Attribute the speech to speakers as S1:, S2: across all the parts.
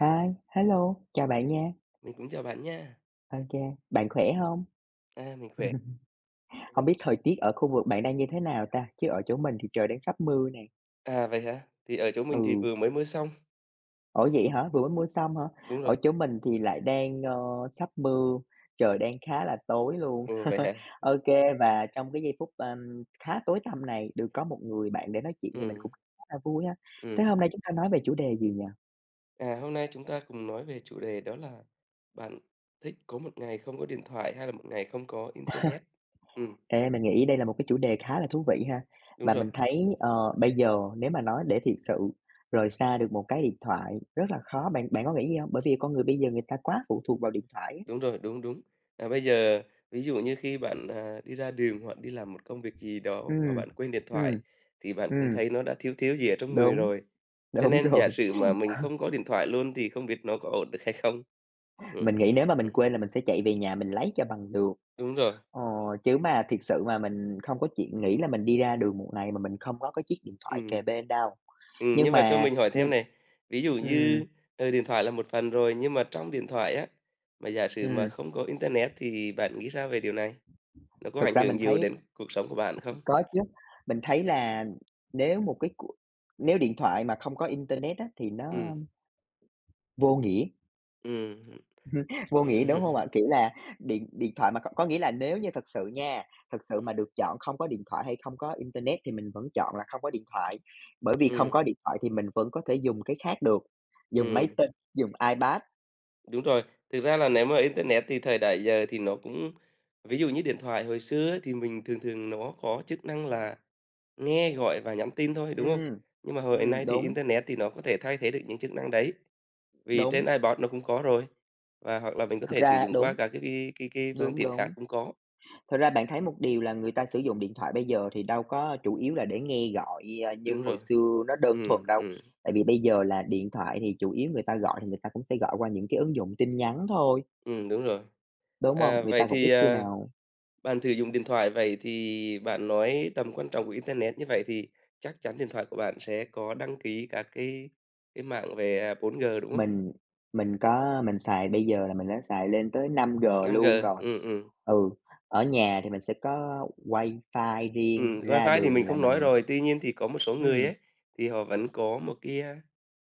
S1: Hi, hello, chào bạn nha.
S2: Mình cũng chào bạn nha.
S1: Ok, bạn khỏe không?
S2: Mình khỏe.
S1: Không
S2: Bạn
S1: biết thời
S2: sao?
S1: tiết ở khu vực bạn đang như thế nào ta? Chứ ở chỗ mình thì trời đang sắp mưa nè.
S2: À, vậy hả? Thì ở chỗ mình thì
S1: Ừ,
S2: vừa mới mưa xong.
S1: ủa vậy
S2: Ừm,
S1: hả? Vừa mới mưa xong hả?
S2: Đúng rồi.
S1: Ở chỗ mình thì lại đang, sắp mưa, trời đang khá là tối luôn.
S2: Ừ, vậy hả?
S1: Ok, và trong cái giây phút, khá tối tăm này, được có một người bạn để nói chuyện thì mình
S2: Ừm,
S1: cũng khá là vui ha. Thế
S2: ừm.
S1: hôm nay chúng ta nói về chủ đề gì nhỉ?
S2: À, hôm nay chúng ta cùng nói về chủ đề đó là bạn thích có một ngày không có điện thoại hay là một ngày không có internet. Ừm,
S1: Ê, mình nghĩ đây là một cái chủ đề khá là thú vị ha.
S2: Đúng
S1: Và
S2: rồi.
S1: mình thấy, bây giờ nếu mà nói để thiệt sự rời xa được một cái điện thoại rất là khó, bạn bạn có nghĩ vậy hông? Bởi vì con người bây giờ người ta quá phụ thuộc vào điện thoại á.
S2: Đúng rồi, đúng, đúng. Bây giờ ví dụ như khi bạn, đi ra đường hoặc đi làm một công việc gì đó mà
S1: Ừm,
S2: bạn quên điện thoại
S1: ừm,
S2: thì bạn cũng
S1: ừm,
S2: thấy nó đã thiếu thiếu gì ở trong người
S1: đúng,
S2: rồi. Cho
S1: đúng
S2: nên
S1: rồi.
S2: giả sử mà mình không có điện thoại luôn thì không biết nó có ổn được hay không? Ừm,
S1: Mình nghĩ nếu mà mình
S2: ừm,
S1: quên là mình sẽ chạy về nhà mình lấy cho bằng được.
S2: đúng rồi.
S1: Ờ, chứ mà thiệt sự mà mình không có chuyện nghĩ là mình đi ra đường một ngày mà mình không có cái chiếc điện thoại kề
S2: Ừm,
S1: bên đâu. Nhưng
S2: nhưng mà cho
S1: mà
S2: mình hỏi thêm
S1: nhưng
S2: này, ví dụ
S1: Ừm,
S2: như, điện thoại là một phần rồi, nhưng mà trong điện thoại á, mà giả sử mà
S1: ừm,
S2: không có internet thì bạn nghĩ sao về điều này? Nó có
S1: thực
S2: ảnh
S1: ra
S2: hưởng
S1: mình
S2: nhiều
S1: thấy
S2: đến cuộc sống của bạn không?
S1: có chứ, mình thấy là nếu một cái cuộc nếu điện thoại mà không có internet á, thì
S2: Ừm,
S1: nó vô nghĩa,
S2: ừm.
S1: vô nghĩa, đúng không ạ? Kiểu là, điện điện thoại mà có nghĩa là nếu như thật sự nha, thật sự mà được chọn không có điện thoại hay không có internet thì mình vẫn chọn là không có điện thoại, bởi vì không
S2: Ừ,
S1: có điện thoại thì mình vẫn có thể dùng cái khác được, dùng máy
S2: ừm,
S1: tính, dùng iPad.
S2: đúng rồi. Thực ra là nếu mà internet thì thời đại giờ thì nó cũng ví dụ như điện thoại hồi xưa ấy, thì mình thường thường nó có chức năng là nghe, gọi và nhắn tin thôi, đúng không?
S1: Ừm,
S2: Nhưng mà hồi nay thì
S1: đúng,
S2: internet thì nó có thể thay thế được những chức năng đấy, vì trên
S1: đúng,
S2: iPod nó cũng có rồi, và hoặc là mình có
S1: thực
S2: thể sử
S1: ra
S2: dụng qua
S1: đúng,
S2: cả cái phương
S1: đúng,
S2: tiện khác
S1: đúng.
S2: cũng có.
S1: Thật ra bạn thấy một điều là người ta sử dụng điện thoại bây giờ thì đâu có chủ yếu là để nghe gọi, à, như
S2: Đúng
S1: hồi
S2: rồi.
S1: xưa nó đơn thuần
S2: Ừ,
S1: đâu.
S2: ừm,
S1: Tại vì bây giờ là điện thoại thì chủ yếu người ta gọi thì người ta cũng sẽ gọi qua những cái ứng dụng tin nhắn thôi,
S2: đúng rồi.
S1: đúng không?
S2: À,
S1: Người
S2: vậy
S1: ta cũng
S2: thì,
S1: ít khi
S2: à,
S1: nào
S2: bạn thử dùng điện thoại vậy thì bạn nói tầm quan trọng của internet như vậy thì chắc chắn điện thoại của bạn sẽ có đăng ký các cái mạng về, 4G, đúng không?
S1: mình có mình xài bây giờ là mình đã xài lên tới 5G
S2: 5G,
S1: luôn rồi.
S2: ừ, ừ,
S1: Ừ, ở nhà thì mình sẽ có wifi riêng, ra
S2: WiFi thì
S1: đường
S2: mình
S1: là
S2: không nói
S1: mình
S2: rồi, tuy nhiên thì có một số người
S1: ừm,
S2: ấy, thì họ vẫn có một cái,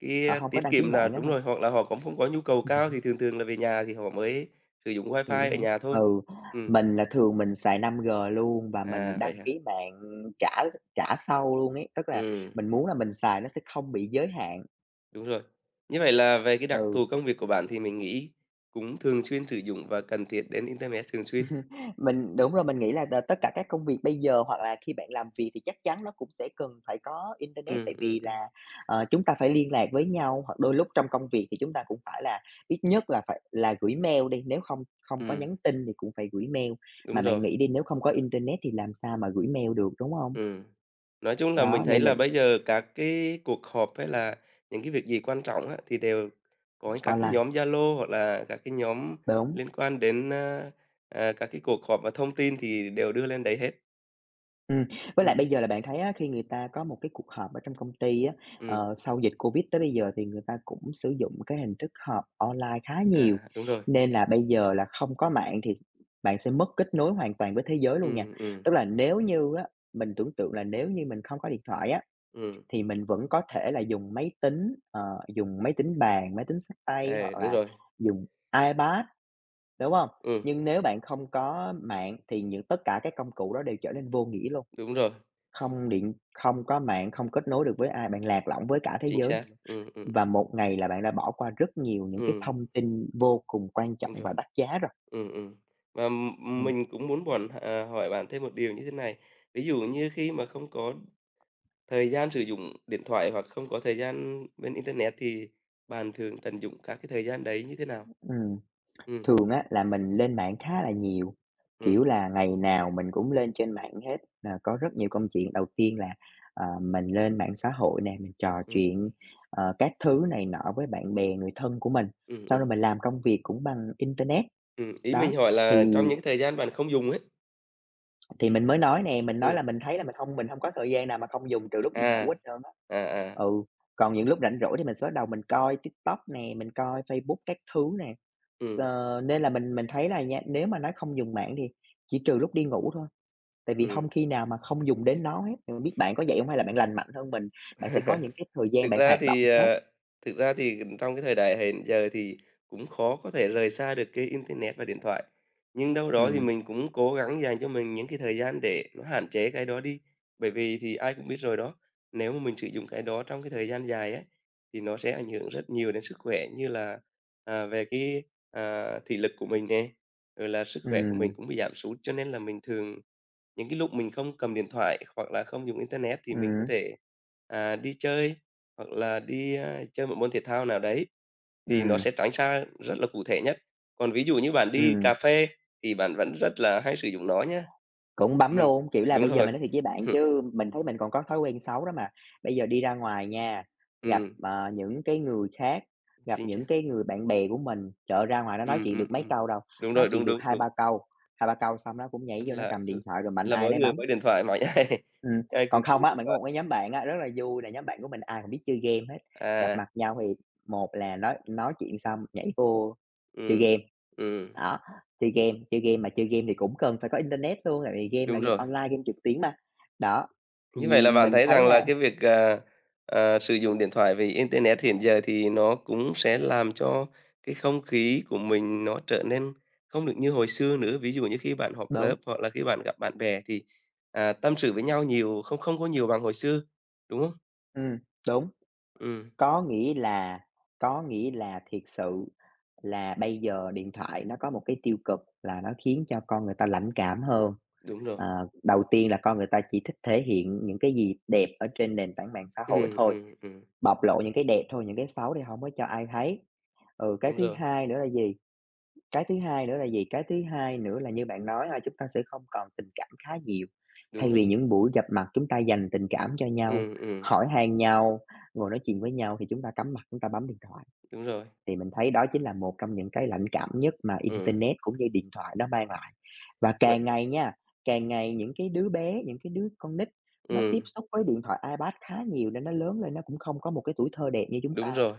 S2: cái,
S1: họ không có
S2: tiết
S1: đăng ký
S2: kiệm là
S1: mạng á
S2: đúng
S1: hả?
S2: rồi, hoặc là họ cũng không có nhu cầu cao thì thường thường là về nhà thì họ mới sử dụng
S1: Vậy
S2: WiFi ở
S1: hả?
S2: nhà thôi.
S1: Ừ,
S2: Ừm,
S1: mình là thường mình xài 5G luôn và
S2: à,
S1: mình
S2: vậy
S1: đăng
S2: hả?
S1: ký mạng trả trả sau luôn ấy, tức là
S2: Ừm.
S1: mình muốn là mình xài nó sẽ không bị giới hạn.
S2: Đúng rồi. Như vậy là về cái đặc
S1: Ừ,
S2: thù công việc của bạn thì mình nghĩ cũng thường xuyên sử dụng và cần thiết đến internet thường xuyên.
S1: mình đúng rồi, mình nghĩ là tất cả các công việc bây giờ hoặc là khi bạn làm việc thì chắc chắn nó cũng sẽ cần phải có internet,
S2: Ừm,
S1: tại
S2: ừm,
S1: vì
S2: ừm.
S1: là, chúng ta phải liên lạc với nhau, hoặc đôi lúc trong công việc thì chúng ta cũng phải là ít nhất là phải là gửi mail đi, nếu không không có
S2: Ừm.
S1: nhắn tin thì cũng phải gửi mail.
S2: Đúng
S1: Mà
S2: rồi,
S1: bạn nghĩ đi, nếu không có internet thì làm sao mà gửi mail được, đúng không?
S2: ừm. Nói chung là mình
S1: Đó,
S2: thấy
S1: nên
S2: là
S1: mình
S2: bây giờ các cái cuộc họp hay là những cái việc gì quan trọng á, thì đều có các cái
S1: online,
S2: nhóm Zalo hoặc là các cái nhóm
S1: đúng.
S2: liên quan đến, các cái cuộc họp và thông tin thì đều đưa lên đấy hết.
S1: Ừm, với lại bây
S2: Ừm,
S1: giờ là bạn thấy á, khi người ta có một cái cuộc họp ở trong công ty á,
S2: ừm,
S1: sau dịch Covid tới bây giờ thì người ta cũng sử dụng cái hình thức họp online khá nhiều,
S2: đúng rồi,
S1: nên là bây giờ là không có mạng thì bạn sẽ mất kết nối hoàn toàn với thế giới luôn nha.
S2: ừm, ừm,
S1: Tức là nếu như á, mình tưởng tượng là nếu như mình không có điện thoại á,
S2: ừm,
S1: thì mình vẫn có thể là dùng máy tính, ờ, dùng máy tính bàn, máy tính xách tay hoặc
S2: đúng
S1: là
S2: rồi,
S1: dùng iPad. Đúng không?
S2: ừm,
S1: Nhưng nếu bạn không có mạng thì những tất cả các công cụ đó đều trở nên vô nghĩa luôn,
S2: đúng rồi,
S1: không điện không có mạng, không kết nối được với ai, bạn lạc lõng với cả thế
S2: chính
S1: giới
S2: xác,
S1: này luôn. Và một ngày là bạn đã bỏ qua rất nhiều những cái
S2: Ừ,
S1: thông tin vô cùng quan
S2: đúng
S1: trọng
S2: rồi.
S1: và đắt giá rồi.
S2: Ừ, ừ. Mà,
S1: Ừm,
S2: mình cũng muốn bọn hỏi bạn thêm một điều như thế này. Ví dụ như khi mà không có thời gian sử dụng điện thoại hoặc không có thời gian bên internet thì bạn thường tận dụng các cái thời gian đấy như thế nào?
S1: ừm.
S2: Ừ,
S1: Thường á là mình lên mạng khá là nhiều, kiểu
S2: ừ,
S1: là, ngày nào mình cũng lên trên mạng hết, là có rất nhiều công chuyện. Đầu tiên là, mình lên mạng xã hội nè, mình trò
S2: ừ,
S1: chuyện, các thứ này nọ với bạn bè, người thân của mình,
S2: ừ,
S1: sau đó
S2: ừ.
S1: mình làm công việc cũng bằng internet.
S2: Ý
S1: Đó,
S2: mình hỏi là trong
S1: thì
S2: những thời gian bạn không dùng ấy.
S1: thì mình mới nói nè, mình nói
S2: Ừ,
S1: là mình thấy là mình không có thời gian nào mà không dùng trừ lúc đi ngủ
S2: à,
S1: hết trơn á.
S2: à, à,
S1: Ừ, còn những lúc rảnh rỗi thì mình sẽ bắt đầu mình coi TikTok nè, mình coi Facebook các thứ nè.
S2: ừ,
S1: Ờ, nên là mình thấy là nha, nếu mà nói không dùng mạng thì chỉ trừ lúc đi ngủ thôi, tại vì không
S2: ừ.
S1: khi nào mà không dùng đến nó hết. Thì biết bạn có vậy không hay là bạn lành mạnh hơn mình, bạn sẽ có những cái thời gian
S2: Thực
S1: bạn
S2: ra
S1: hoạt động
S2: thì,
S1: khác.
S2: thực ra thì trong cái thời đại hiện giờ thì cũng khó có thể rời xa được cái internet và điện thoại, nhưng đâu đó thì
S1: Ừ,
S2: mình cũng cố gắng dành cho mình những cái thời gian để nó hạn chế cái đó đi. Bởi vì thì ai cũng biết rồi đó, nếu mà mình sử dụng cái đó trong cái thời gian dài ấy thì nó sẽ ảnh hưởng rất nhiều đến sức khỏe như là, về cái, thị lực của mình nè, rồi là sức
S1: ừ,
S2: khỏe của mình cũng bị giảm sút. Cho nên là mình thường những cái lúc mình không cầm điện thoại hoặc là không dùng internet thì mình có
S1: ừ,
S2: thể, đi chơi hoặc là đi, chơi một môn thể thao nào đấy,
S1: ừ,
S2: thì nó sẽ tránh xa rất là cụ thể nhất. Còn ví dụ như bạn đi cà
S1: ừm.
S2: phê thì bạn vẫn rất là hay sử dụng nó nhá.
S1: Cũng bấm
S2: Ừm,
S1: luôn, kiểu là,
S2: đúng
S1: bây giờ
S2: rồi.
S1: mình nói thiệt với bạn chứ mình thấy mình còn có thói quen xấu đó mà. Bây giờ đi ra ngoài nha, gặp,
S2: Ừm,
S1: những cái người khác, gặp
S2: chính
S1: những
S2: xác.
S1: cái người bạn bè của mình, trời ra ngoài nó nói
S2: Ừm,
S1: chuyện
S2: ừm,
S1: được mấy
S2: ừm.
S1: câu đâu,
S2: Đúng
S1: nói
S2: rồi, đúng,
S1: chuyện được
S2: đúng, đúng.
S1: hai ba câu xong nó cũng nhảy vô nó
S2: Là
S1: cầm điện thoại rồi mạnh
S2: là
S1: ai
S2: mỗi
S1: nấy
S2: người mỗi
S1: bấm.
S2: điện thoại mà ai
S1: Ừm,
S2: ai cũng
S1: còn
S2: dùng
S1: không á,
S2: điện
S1: mình có
S2: thoại.
S1: một cái nhóm bạn á, rất là vui là nhóm bạn của mình ai cũng biết chơi game hết, gặp
S2: À,
S1: mặt nhau thì một là nói chuyện xong nhảy vô chơi
S2: ừm,
S1: game.
S2: ừm,
S1: Đó, chơi game mà chơi game thì cũng cần phải có internet luôn, tại vì game là
S2: đúng
S1: game
S2: rồi.
S1: online, game trực tuyến mà. Đó,
S2: Như vậy
S1: thì
S2: là bạn
S1: mình
S2: thấy
S1: thấy
S2: rằng là
S1: là
S2: cái việc, sử dụng điện thoại vì internet hiện giờ thì nó cũng sẽ làm cho cái không khí của mình nó trở nên không được như hồi xưa nữa. Ví dụ như khi bạn họp lớp
S1: đúng,
S2: hoặc là khi bạn gặp bạn bè thì, tâm sự với nhau nhiều không không có nhiều bằng hồi xưa, đúng không?
S1: ừm, đúng,
S2: Ừm,
S1: có nghĩa là có nghĩa là thiệt sự là bây giờ điện thoại nó có một cái tiêu cực là nó khiến cho con người ta lãnh cảm hơn.
S2: đúng rồi.
S1: Ờ, đầu tiên là con người ta chỉ thích thể hiện những cái gì đẹp ở trên nền tảng mạng xã hội
S2: Ừm,
S1: thôi,
S2: ừm, ừm,
S1: bộc lộ những cái đẹp thôi, những cái xấu thì không có cho ai thấy. Ừ, cái
S2: đúng
S1: thứ
S2: rồi,
S1: hai nữa là gì? Cái thứ hai nữa là gì? Cái thứ hai nữa là như bạn nói là chúng ta sẽ không còn tình cảm khá nhiều.
S2: đúng
S1: Thay
S2: rồi.
S1: vì những buổi gặp mặt chúng ta dành tình cảm cho nhau,
S2: Ừm, ừm,
S1: hỏi han nhau, ngồi nói chuyện với nhau thì chúng ta cắm mặt chúng ta bấm điện thoại.
S2: đúng rồi.
S1: Thì mình thấy đó chính là một trong những cái lãnh cảm nhất mà
S2: Ừm,
S1: internet cũng như điện thoại nó mang lại. Và
S2: đấy,
S1: càng ngày nha, càng ngày những cái đứa bé, những cái đứa con nít nó tiếp
S2: ừm.
S1: xúc với điện thoại, iPad khá nhiều nên nó lớn lên nó cũng không có một cái tuổi thơ đẹp như chúng
S2: Đúng
S1: ta.
S2: rồi.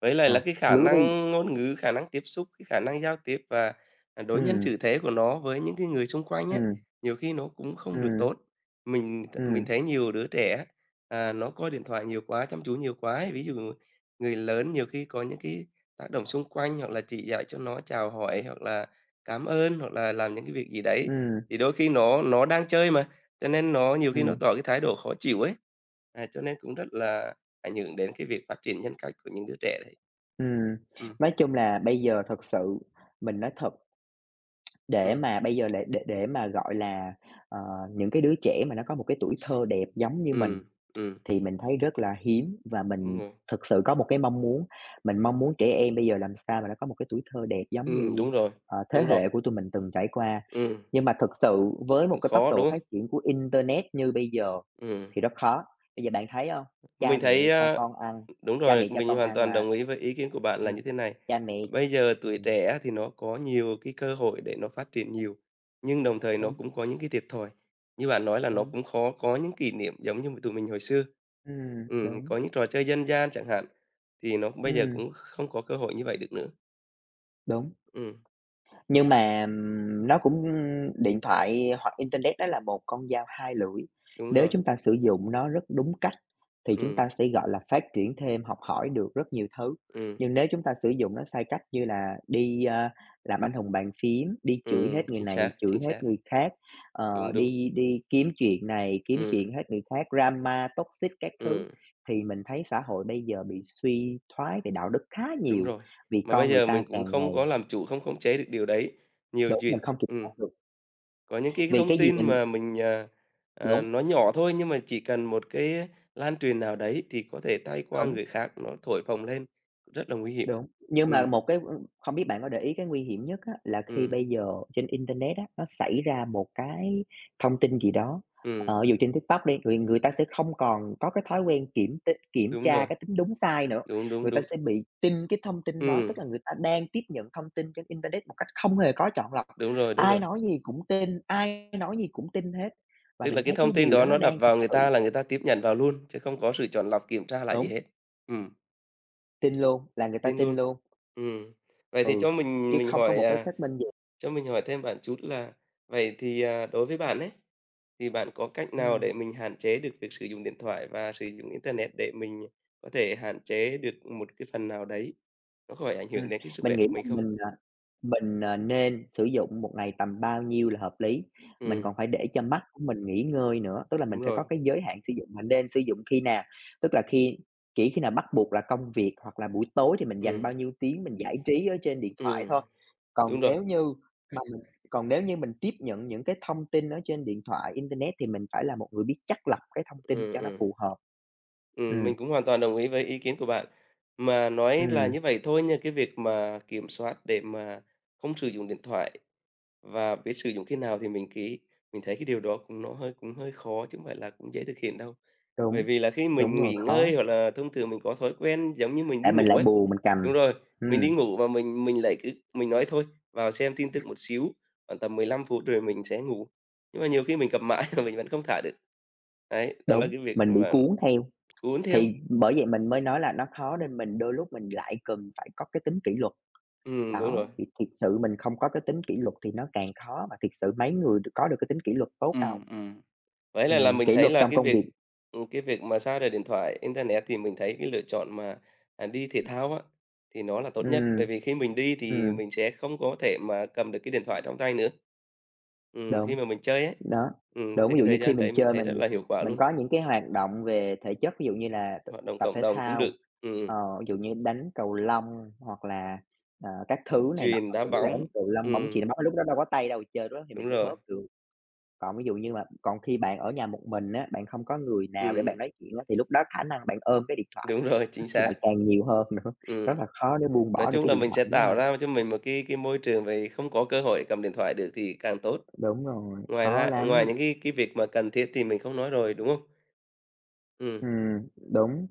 S2: Với lại
S1: Ờ,
S2: là cái khả
S1: lứa bây
S2: năng ngôn ngữ, khả năng tiếp xúc, cái khả năng giao tiếp và, đối nhân
S1: ừm,
S2: xử thế của nó với những cái người xung quanh á,
S1: ừm,
S2: nhiều khi nó cũng không được
S1: ừm,
S2: tốt. Mình
S1: ừm,
S2: thấy nhiều đứa trẻ nó coi điện thoại nhiều quá, chăm chú nhiều quá ấy. Ví dụ người lớn nhiều khi có những cái tác động xung quanh hoặc là chỉ dạy cho nó chào hỏi hoặc là cảm ơn, hoặc là làm những cái việc gì đấy,
S1: ừm,
S2: thì đôi khi nó đang chơi mà, cho nên nó nhiều khi nó
S1: ừm.
S2: tỏ cái thái độ khó chịu ấy. Cho nên cũng rất là ảnh hưởng đến cái việc phát triển nhân cách của những đứa trẻ đấy.
S1: Ừm,
S2: Ừ,
S1: nói chung là bây giờ thật sự mình nói thật, để
S2: ừm,
S1: mà bây giờ lại để mà, gọi là, ờ, những cái đứa trẻ mà nó có một cái tuổi thơ đẹp giống như mình
S2: ừm, ừm,
S1: thì mình thấy rất là hiếm và
S2: đúng
S1: mình
S2: rồi.
S1: thực sự có một cái mong muốn, mình mong muốn trẻ em bây giờ làm sao mà nó có một cái tuổi thơ đẹp giống như,
S2: Đúng rồi,
S1: thế
S2: đúng rồi,
S1: hệ của tụi mình từng trải qua.
S2: ừm,
S1: Nhưng mà thực sự với một
S2: cũng
S1: cái tốc
S2: khó, đúng
S1: độ phát
S2: không?
S1: triển của internet như bây giờ
S2: Ừ,
S1: thì rất khó. Bây giờ bạn thấy không? Cha
S2: mình
S1: mẹ
S2: thấy,
S1: cho con ăn
S2: đúng
S1: cha
S2: rồi,
S1: mẹ cho
S2: mình
S1: con
S2: hoàn
S1: ăn
S2: toàn
S1: là
S2: đồng ý với ý kiến của bạn
S1: ừm,
S2: là như thế này.
S1: cha mẹ
S2: Bây giờ tuổi
S1: ừm,
S2: trẻ thì nó có nhiều cái cơ hội để nó phát triển nhiều, nhưng đồng thời nó
S1: đúng,
S2: cũng có những cái thiệt thòi. Như bạn nói là nó
S1: đúng,
S2: cũng khó có những kỷ niệm giống như tụi mình hồi xưa. Ừ,
S1: đúng,
S2: có những trò chơi dân gian chẳng hạn, thì nó bây giờ
S1: ừm,
S2: cũng không có cơ hội như vậy được nữa.
S1: đúng.
S2: Ừ.
S1: Nhưng mà, nó cũng điện thoại hoặc internet đó là một con dao hai lưỡi,
S2: Đúng
S1: nếu
S2: rồi.
S1: chúng ta sử dụng nó rất đúng cách thì chúng
S2: Ừm,
S1: ta sẽ, gọi là, phát triển thêm, học hỏi được rất nhiều thứ.
S2: ừm,
S1: Nhưng nếu chúng ta sử dụng nó sai cách như là đi, làm anh hùng bàn phím, đi chửi hết người
S2: chính
S1: này,
S2: xác,
S1: chửi
S2: chính
S1: hết
S2: xác.
S1: người khác,
S2: Đúng, đúng.
S1: đi đi kiếm chuyện này, kiếm
S2: Ừm,
S1: chuyện hết người khác, drama, toxic các thứ,
S2: ừm,
S1: thì mình thấy xã hội bây giờ bị suy thoái về đạo đức khá
S2: đúng
S1: nhiều,
S2: rồi.
S1: vì
S2: Mà bây
S1: con người
S2: giờ mình
S1: ta
S2: cũng
S1: càng
S2: không
S1: ngày
S2: có làm chủ, không khống chế được điều đấy. Nhiều
S1: đúng,
S2: chuyện
S1: mình không kiểm
S2: ừm,
S1: soát được.
S2: có những cái
S1: Vì
S2: thông
S1: cái gì
S2: tin
S1: mình
S2: mà mình,
S1: đúng,
S2: nó nhỏ thôi, nhưng mà chỉ cần một cái lan truyền nào đấy thì có thể tay qua
S1: đúng,
S2: người khác nó thổi phồng lên, rất là nguy hiểm.
S1: đúng. Nhưng mà
S2: Ừm,
S1: một cái không biết bạn có để ý cái nguy hiểm nhất á, là khi
S2: ừm,
S1: bây giờ trên internet á, nó xảy ra một cái thông tin gì đó,
S2: ừm,
S1: ví dụ trên TikTok đi, người người ta sẽ không còn có cái thói quen kiểm
S2: đúng
S1: tra
S2: rồi,
S1: cái tính đúng sai nữa,
S2: đúng, đúng,
S1: người ta
S2: đúng.
S1: sẽ bị tin cái thông tin đó, tức
S2: Ừm,
S1: là người ta đang tiếp nhận thông tin trên internet một cách không hề có chọn lọc,
S2: đúng rồi, đúng
S1: ai
S2: rồi.
S1: nói gì cũng tin, ai nói gì cũng tin hết. Và
S2: Tức là
S1: mình
S2: cái
S1: thấy
S2: thông
S1: cái
S2: tin
S1: điều
S2: đó
S1: đó nó
S2: nó đập
S1: đang thực
S2: vào người
S1: sự
S2: ta là người ta tiếp nhận vào luôn, chứ không có sự chọn lọc kiểm tra lại gì
S1: đúng,
S2: hết. Ừm,
S1: tin luôn, là người ta
S2: tin luôn.
S1: tin luôn.
S2: Ừm. Vậy thì
S1: Ừ,
S2: cho mình
S1: chứ
S2: mình
S1: không có
S2: hỏi,
S1: một cái xác minh gì.
S2: cho mình hỏi thêm bạn chút là vậy thì, đối với bạn ấy, thì bạn có cách nào
S1: Ừm,
S2: để mình hạn chế được việc sử dụng điện thoại và sử dụng internet để mình có thể hạn chế được một cái phần nào đấy, nó khỏi ảnh hưởng
S1: ừm,
S2: đến cái sức khỏe
S1: mình nghĩ
S2: của
S1: là
S2: mình không?
S1: mình, nên sử dụng một ngày tầm bao nhiêu là hợp lý, mình còn
S2: Ừm,
S1: phải để cho mắt của mình nghỉ ngơi nữa, tức là mình
S2: đúng
S1: phải
S2: rồi.
S1: có cái giới hạn sử dụng, mình nên sử dụng khi nào, tức là khi chỉ khi nào bắt buộc là công việc hoặc là buổi tối thì mình dành
S2: Ừm,
S1: bao nhiêu tiếng mình giải trí ở trên điện thoại
S2: ừm,
S1: thôi. Còn
S2: đúng rồi.
S1: nếu như mà mình Còn nếu như mình tiếp nhận những cái thông tin ở trên điện thoại, internet thì mình phải là một người biết chắt lọc cái thông tin
S2: Ừm,
S1: cho nó
S2: ừm.
S1: phù hợp. Ừm,
S2: Mình cũng hoàn toàn đồng ý với ý kiến của bạn. Mà nói là
S1: ừm.
S2: như vậy thôi nha, cái việc mà kiểm soát để mà không sử dụng điện thoại và biết sử dụng khi nào thì mình ký mình thấy cái điều đó cũng nó hơi cũng hơi khó chứ không phải là cũng dễ thực hiện đâu. Bởi
S1: Đúng,
S2: vì là khi mình
S1: đúng rồi,
S2: nghỉ ngơi
S1: khó,
S2: hoặc là thông thường mình có thói quen giống như mình đi
S1: tại mình
S2: ngủ
S1: lại
S2: ấy.
S1: buồn mình cầm.
S2: Đúng rồi, mình
S1: Ừm,
S2: đi ngủ mà mình lại cứ mình nói thôi, vào xem tin tức một xíu, khoảng tầm 15 phút rồi mình sẽ ngủ. Nhưng mà nhiều khi mình cầm mãi mà mình vẫn không thả được. Đấy, đó là
S1: đúng,
S2: cái việc
S1: mình bị
S2: mà
S1: cuốn theo,
S2: cuốn theo.
S1: thì bởi vậy mình mới nói là nó khó nên mình đôi lúc lại cần phải có cái tính kỷ luật.
S2: Đúng rồi.
S1: Đó, thì thiệt sự mình không có cái tính kỷ luật thì nó càng khó, mà thiệt sự mấy người được có được cái tính kỷ luật tốt đâu.
S2: Ừm, ừm. Vậy là mình
S1: Kỷ
S2: thấy
S1: luật
S2: là
S1: trong công việc.
S2: cái việc mà xa rời điện thoại, internet thì mình thấy cái lựa chọn mà, đi thể thao á, thì nó là tốt nhất, bởi
S1: Ừm,
S2: vì khi mình đi thì
S1: ừm,
S2: mình sẽ không có thể mà cầm được cái điện thoại trong tay nữa. Khi
S1: đúng.
S2: mà mình chơi ấy,
S1: Đó, đúng,
S2: thì
S1: ví
S2: cái
S1: dụ như
S2: thời
S1: khi
S2: gian
S1: mình
S2: đấy mình
S1: chơi
S2: thấy rất là hiệu quả
S1: mình
S2: luôn,
S1: có những cái hoạt động về thể chất, ví dụ như là t
S2: hoạt động
S1: tập
S2: cộng
S1: thể
S2: đồng cũng được,
S1: thao,
S2: ừm,
S1: ví dụ như đánh cầu lông hoặc là, các
S2: bóng
S1: thứ này nọ,
S2: chuyền, đá
S1: cũng là
S2: bóng,
S1: đánh cầu lông, bóng chuyền,
S2: ừm,
S1: bóng lúc đó đâu có tay đâu chơi, lúc đó thì
S2: đúng
S1: mình mới
S2: rồi,
S1: bớt được. Còn ví dụ như mà còn khi bạn ở nhà một mình á, bạn không có người nào để bạn
S2: ừm,
S1: nói chuyện á, thì lúc đó khả năng bạn ôm cái điện thoại
S2: đúng rồi,
S1: nó
S2: chính
S1: sẽ
S2: xác,
S1: lại càng nhiều hơn nữa, rất
S2: ừm.
S1: là khó để buông
S2: Nói
S1: bỏ được
S2: chung
S1: cái
S2: là
S1: điện
S2: mình
S1: thoại
S2: sẽ
S1: đó
S2: tạo
S1: ha.
S2: ra cho mình một cái môi trường về không có cơ hội cầm điện thoại được thì càng tốt.
S1: Đúng rồi,
S2: Ngoài
S1: khó
S2: ra ngoài
S1: lắm,
S2: những cái việc mà cần thiết thì mình không nói rồi, đúng không? Ừ,
S1: ừm, đúng.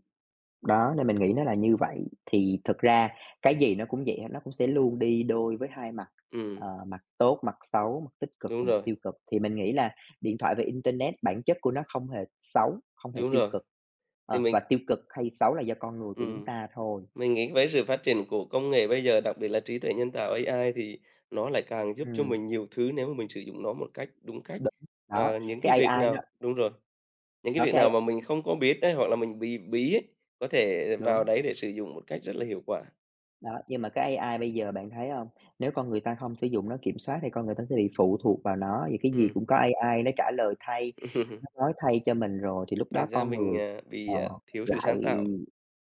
S1: Đó, nên mình nghĩ nó là như vậy. Thì thực ra cái gì nó cũng vậy hết, nó cũng sẽ luôn đi đôi với hai mặt,
S2: ừm,
S1: mặt tốt, mặt xấu, mặt tích cực
S2: đúng
S1: và mặt
S2: rồi,
S1: tiêu cực. Thì mình nghĩ là điện thoại và internet bản chất của nó không hề xấu, không hề
S2: đúng
S1: tiêu
S2: rồi.
S1: cực,
S2: Thì
S1: và tiêu cực hay xấu là do con người của chúng
S2: ừm,
S1: ta thôi.
S2: mình nghĩ với sự phát triển của công nghệ bây giờ, đặc biệt là trí tuệ nhân tạo AI thì nó lại càng giúp cho
S1: Ừm,
S2: mình nhiều thứ nếu mà mình sử dụng nó một cách đúng cách.
S1: đúng, đó,
S2: Và những cái việc
S1: cái AI nó
S2: nào đúng rồi, những cái
S1: đó,
S2: việc
S1: cái AI
S2: nào mà mình không có biết đấy hoặc là mình bị bí ấy, có thể vào
S1: đúng.
S2: đấy để sử dụng một cách rất là hiệu quả.
S1: Đó, nhưng mà cái AI bây giờ bạn thấy hông? Nếu con người ta không sử dụng nó kiểm soát thì con người ta sẽ bị phụ thuộc vào nó, vì cái gì
S2: Ừ.
S1: cũng có AI nó trả lời thay, nó nói thay cho mình rồi thì lúc đó
S2: Thành ra
S1: con
S2: mình,
S1: người, ờ,
S2: bị, thiếu sự
S1: lại
S2: sáng tạo.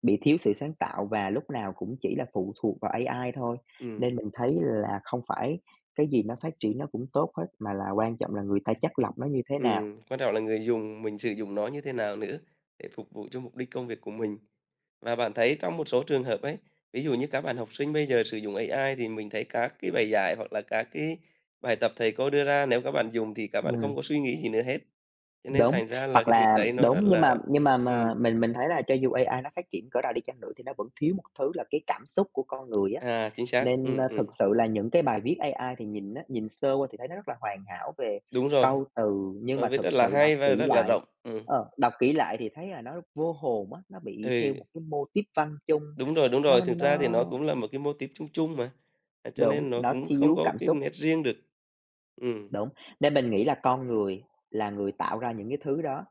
S1: bị thiếu sự sáng tạo và lúc nào cũng chỉ là phụ thuộc vào AI thôi.
S2: Ừm,
S1: Nên mình thấy là không phải cái gì nó phát triển nó cũng tốt hết, mà là quan trọng là người ta chắt lọc nó như thế nào.
S2: quan trọng là người dùng mình sử dụng nó như thế nào nữa để phục vụ cho mục đích công việc của mình. Và bạn thấy trong một số trường hợp ấy, ví dụ như các bạn học sinh bây giờ sử dụng AI thì mình thấy các cái bài giải hoặc là các cái bài tập thầy cô đưa ra, nếu các bạn dùng thì các bạn
S1: Ừm.
S2: không có suy nghĩ gì nữa hết. Cho nên
S1: Đúng,
S2: thành ra là
S1: hoặc
S2: cái việc
S1: là
S2: đấy nó
S1: đúng,
S2: rất
S1: nhưng mà
S2: là
S1: nhưng mà mà
S2: ừm,
S1: mình thấy là cho dù AI nó phát triển cỡ nào đi chăng nữa thì nó vẫn thiếu một thứ là cái cảm xúc của con người á.
S2: chính xác,
S1: Nên, thực sự là những cái bài viết AI thì nhìn sơ qua thì thấy nó rất là hoàn hảo về
S2: đúng rồi,
S1: câu từ, nhưng
S2: nó
S1: mà
S2: viết
S1: thực
S2: rất là
S1: sự đọc
S2: hay và
S1: kỹ
S2: rất là
S1: lại
S2: rộng.
S1: đọc kỹ lại thì thấy là nó vô hồn á, nó bị theo
S2: Ừ.
S1: một cái mô típ văn chung,
S2: Đúng rồi, đúng rồi.
S1: nó
S2: Thực
S1: nó
S2: ra thì nó cũng là một cái mô típ chung chung mà, cho
S1: đúng,
S2: nên nó
S1: nó
S2: cũng không
S1: thiếu
S2: có
S1: cảm
S2: cái
S1: xúc,
S2: nét riêng được. Ừm,
S1: đúng. Nên mình nghĩ là con người là người tạo ra những cái thứ đó,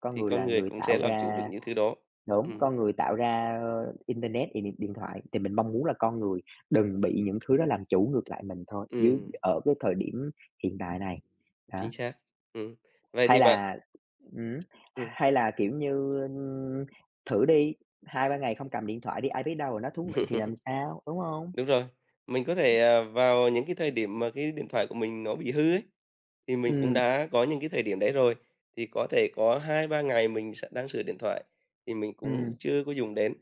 S1: con
S2: thì
S1: người
S2: con
S1: là
S2: người
S1: người
S2: cũng sẽ
S1: tạo
S2: làm chủ được
S1: ra
S2: những thứ đó.
S1: Đúng,
S2: Ừm,
S1: con người tạo ra internet, thì điện thoại, thì mình mong muốn là con người đừng bị những thứ đó làm chủ ngược lại mình thôi, dưới
S2: ừm,
S1: ở cái thời điểm hiện tại này. Đó,
S2: chính xác. Ừm. Vậy thì
S1: hay
S2: bạn
S1: là ừm,
S2: ừm,
S1: hay là, kiểu như, ưm, thử đi, 2 3 ngày không cầm điện thoại đi, ai biết đâu là nó thú vị thì làm sao, đúng không?
S2: đúng rồi, mình có thể, vào những cái thời điểm mà cái điện thoại của mình nó bị hư ấy, thì mình cũng
S1: Ừm,
S2: đã có những cái thời điểm đấy rồi, thì có thể có 2 3 ngày mình sẽ đang sửa điện thoại thì mình cũng
S1: ừm,
S2: chưa có dùng đến,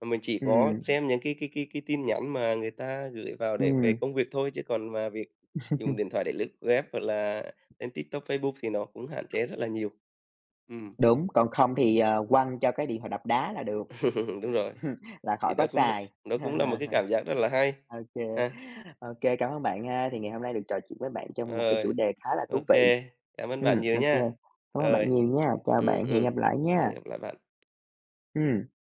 S2: mà mình chỉ có
S1: ừm,
S2: xem những cái tin nhắn mà người ta gửi vào để về
S1: ừm,
S2: công việc thôi, chứ còn mà việc dùng điện thoại để lướt web hoặc là lên TikTok, Facebook thì nó cũng hạn chế rất là nhiều. Ừm,
S1: đúng, còn không thì, quăng cho cái điện thoại đập đá là được,
S2: đúng rồi,
S1: là
S2: thì
S1: khỏi có xài.
S2: đó cũng là một cái cảm giác rất là hay
S1: OK
S2: ha.
S1: OK cảm ơn bạn ha. Thì ngày hôm nay được trò chuyện với bạn trong một cái chủ
S2: Rồi,
S1: đề khá là thú
S2: ok
S1: vị.
S2: cảm ơn bạn nhiều
S1: Ừm,
S2: nha.
S1: ô Cảm ơn bạn
S2: Rồi,
S1: nhiều nha. Chào
S2: ừm,
S1: bạn, hẹn
S2: ừm,
S1: gặp lại nha.
S2: hẹn gặp lại bạn.
S1: Ừ